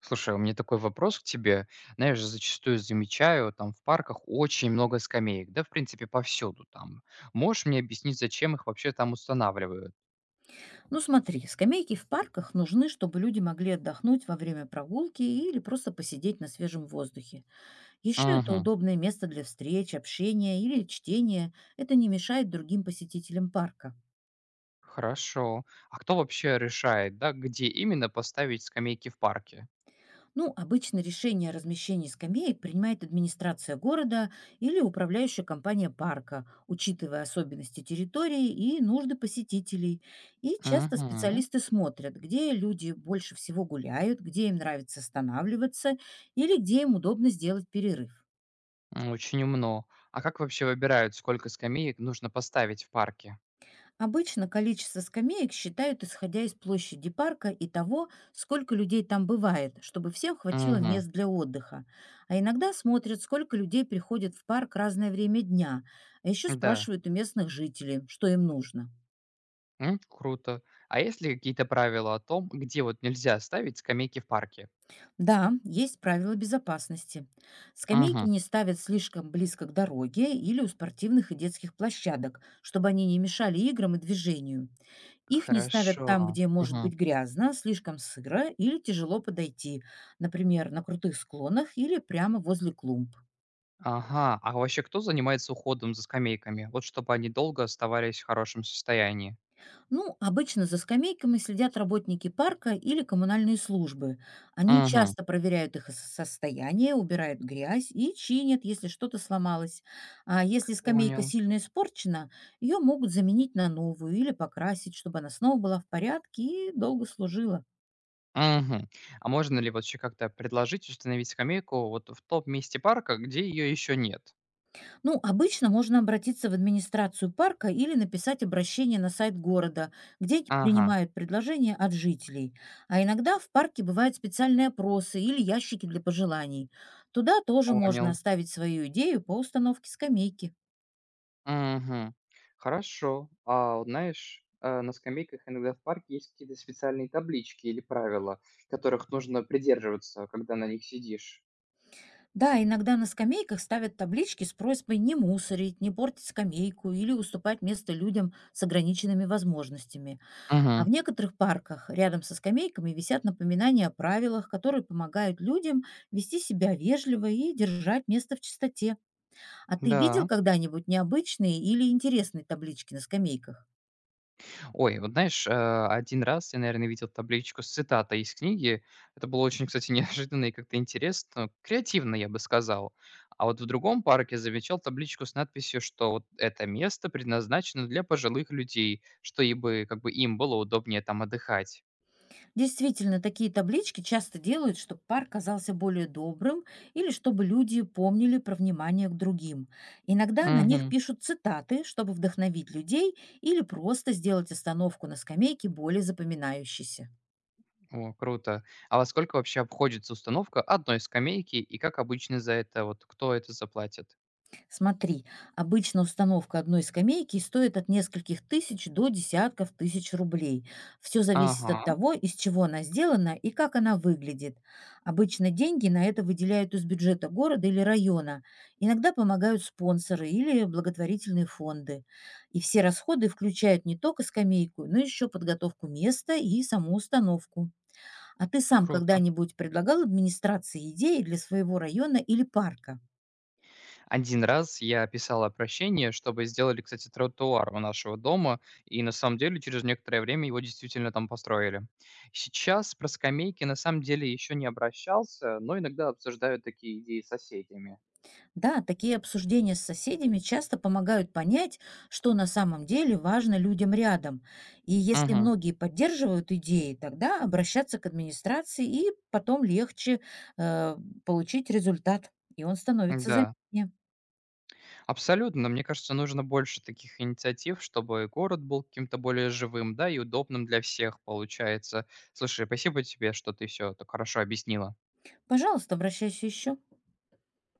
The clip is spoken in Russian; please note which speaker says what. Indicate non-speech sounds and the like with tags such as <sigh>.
Speaker 1: Слушай, у меня такой вопрос к тебе. Знаешь, зачастую замечаю, там в парках очень много скамеек, да, в принципе, повсюду там. Можешь мне объяснить, зачем их вообще там устанавливают?
Speaker 2: Ну смотри, скамейки в парках нужны, чтобы люди могли отдохнуть во время прогулки или просто посидеть на свежем воздухе. Еще это
Speaker 1: Угу,
Speaker 2: удобное место для встреч, общения или чтения. Это не мешает другим посетителям парка.
Speaker 1: хорошо. А кто вообще решает, да, где именно поставить скамейки в парке?
Speaker 2: Ну, обычно решение о размещении скамеек принимает администрация города или управляющая компания парка, учитывая особенности территории и нужды посетителей. И часто
Speaker 1: Угу,
Speaker 2: специалисты смотрят, где люди больше всего гуляют, где им нравится останавливаться или где им удобно сделать перерыв.
Speaker 1: очень умно. А как вообще выбирают, сколько скамеек нужно поставить в парке?
Speaker 2: Обычно количество скамеек считают, исходя из площади парка и того, сколько людей там бывает, чтобы всем хватило
Speaker 1: Угу,
Speaker 2: мест для отдыха. А иногда смотрят, сколько людей приходит в парк разное время дня, а еще
Speaker 1: да.
Speaker 2: спрашивают у местных жителей, что им нужно.
Speaker 1: М, круто. А есть ли какие-то правила о том, где вот нельзя ставить скамейки в парке?
Speaker 2: Да, есть правила безопасности. Скамейки
Speaker 1: Угу.
Speaker 2: не ставят слишком близко к дороге или у спортивных и детских площадок, чтобы они не мешали играм и движению. Их не ставят там,
Speaker 1: Хорошо.
Speaker 2: где может
Speaker 1: Мгм.
Speaker 2: быть грязно, слишком сыро или тяжело подойти, например, на крутых склонах или прямо возле клумб.
Speaker 1: Ага. А вообще кто занимается уходом за скамейками? Вот чтобы они долго оставались в хорошем состоянии.
Speaker 2: Ну, обычно за скамейками следят работники парка или коммунальные службы. Они
Speaker 1: Мгм.
Speaker 2: часто проверяют их состояние, убирают грязь и чинят, если что-то сломалось. А если скамейка
Speaker 1: Понял.
Speaker 2: сильно испорчена, ее могут заменить на новую или покрасить, чтобы она снова была в порядке и долго служила.
Speaker 1: Мгм. А можно ли вообще как-то предложить установить скамейку вот в том месте парка, где ее еще нет?
Speaker 2: Ну, обычно можно обратиться в администрацию парка или написать обращение на сайт города, где
Speaker 1: Ага,
Speaker 2: принимают предложения от жителей. А иногда в парке бывают специальные опросы или ящики для пожеланий. Туда тоже можно
Speaker 1: понял.
Speaker 2: оставить свою идею по установке скамейки.
Speaker 1: Мгм. Хорошо. А вот знаешь, на скамейках иногда в парке есть какие-то специальные таблички или правила, которых нужно придерживаться, когда на них сидишь.
Speaker 2: Да, иногда на скамейках ставят таблички с просьбой не мусорить, не портить скамейку или уступать место людям с ограниченными возможностями. А в
Speaker 1: Мгм.
Speaker 2: некоторых парках рядом со скамейками висят напоминания о правилах, которые помогают людям вести себя вежливо и держать место в чистоте. А ты видел
Speaker 1: Да.
Speaker 2: когда-нибудь необычные или интересные таблички на скамейках?
Speaker 1: Ой, вот знаешь, один раз я, наверное, видел табличку с цитатой из книги. Это было очень, кстати, <laughs> неожиданно и как-то интересно, ну, креативно, я бы сказал. А вот в другом парке замечал табличку с надписью, что вот это место предназначено для пожилых людей, что и бы, как бы им было удобнее там отдыхать.
Speaker 2: Действительно, такие таблички часто делают, чтобы парк казался более добрым или чтобы люди помнили про внимание к другим. Иногда на них
Speaker 1: Мгм.
Speaker 2: пишут цитаты, чтобы вдохновить людей или просто сделать остановку на скамейке более запоминающейся.
Speaker 1: О, круто. А во сколько вообще обходится установка одной скамейки и как обычно за это вот кто это заплатит?
Speaker 2: Смотри, обычно установка одной скамейки стоит от нескольких тысяч до десятков тысяч рублей. Все зависит от
Speaker 1: Ага,
Speaker 2: того, из чего она сделана и как она выглядит. Обычно деньги на это выделяют из бюджета города или района. Иногда помогают спонсоры или благотворительные фонды. И все расходы включают не только скамейку, но еще подготовку места и саму установку. А ты сам
Speaker 1: круто.
Speaker 2: когда-нибудь предлагал администрации идеи для своего района или парка?
Speaker 1: Один раз я писал обращение, чтобы сделали, кстати, тротуар у нашего дома, и на самом деле через некоторое время его действительно там построили. Сейчас про скамейки на самом деле еще не обращался, но иногда обсуждаю такие идеи с соседями.
Speaker 2: Да, такие обсуждения с соседями часто помогают понять, что на самом деле важно людям рядом. И если
Speaker 1: Мгм.
Speaker 2: многие поддерживают идеи, тогда обращаться к администрации и потом легче, э, получить результат, и он становится
Speaker 1: Да,
Speaker 2: заметнее.
Speaker 1: абсолютно. Мне кажется, нужно больше таких инициатив, чтобы город был каким-то более живым, да, и удобным для всех получается. Слушай, спасибо тебе, что ты все так хорошо объяснила.
Speaker 2: Пожалуйста, обращайся еще.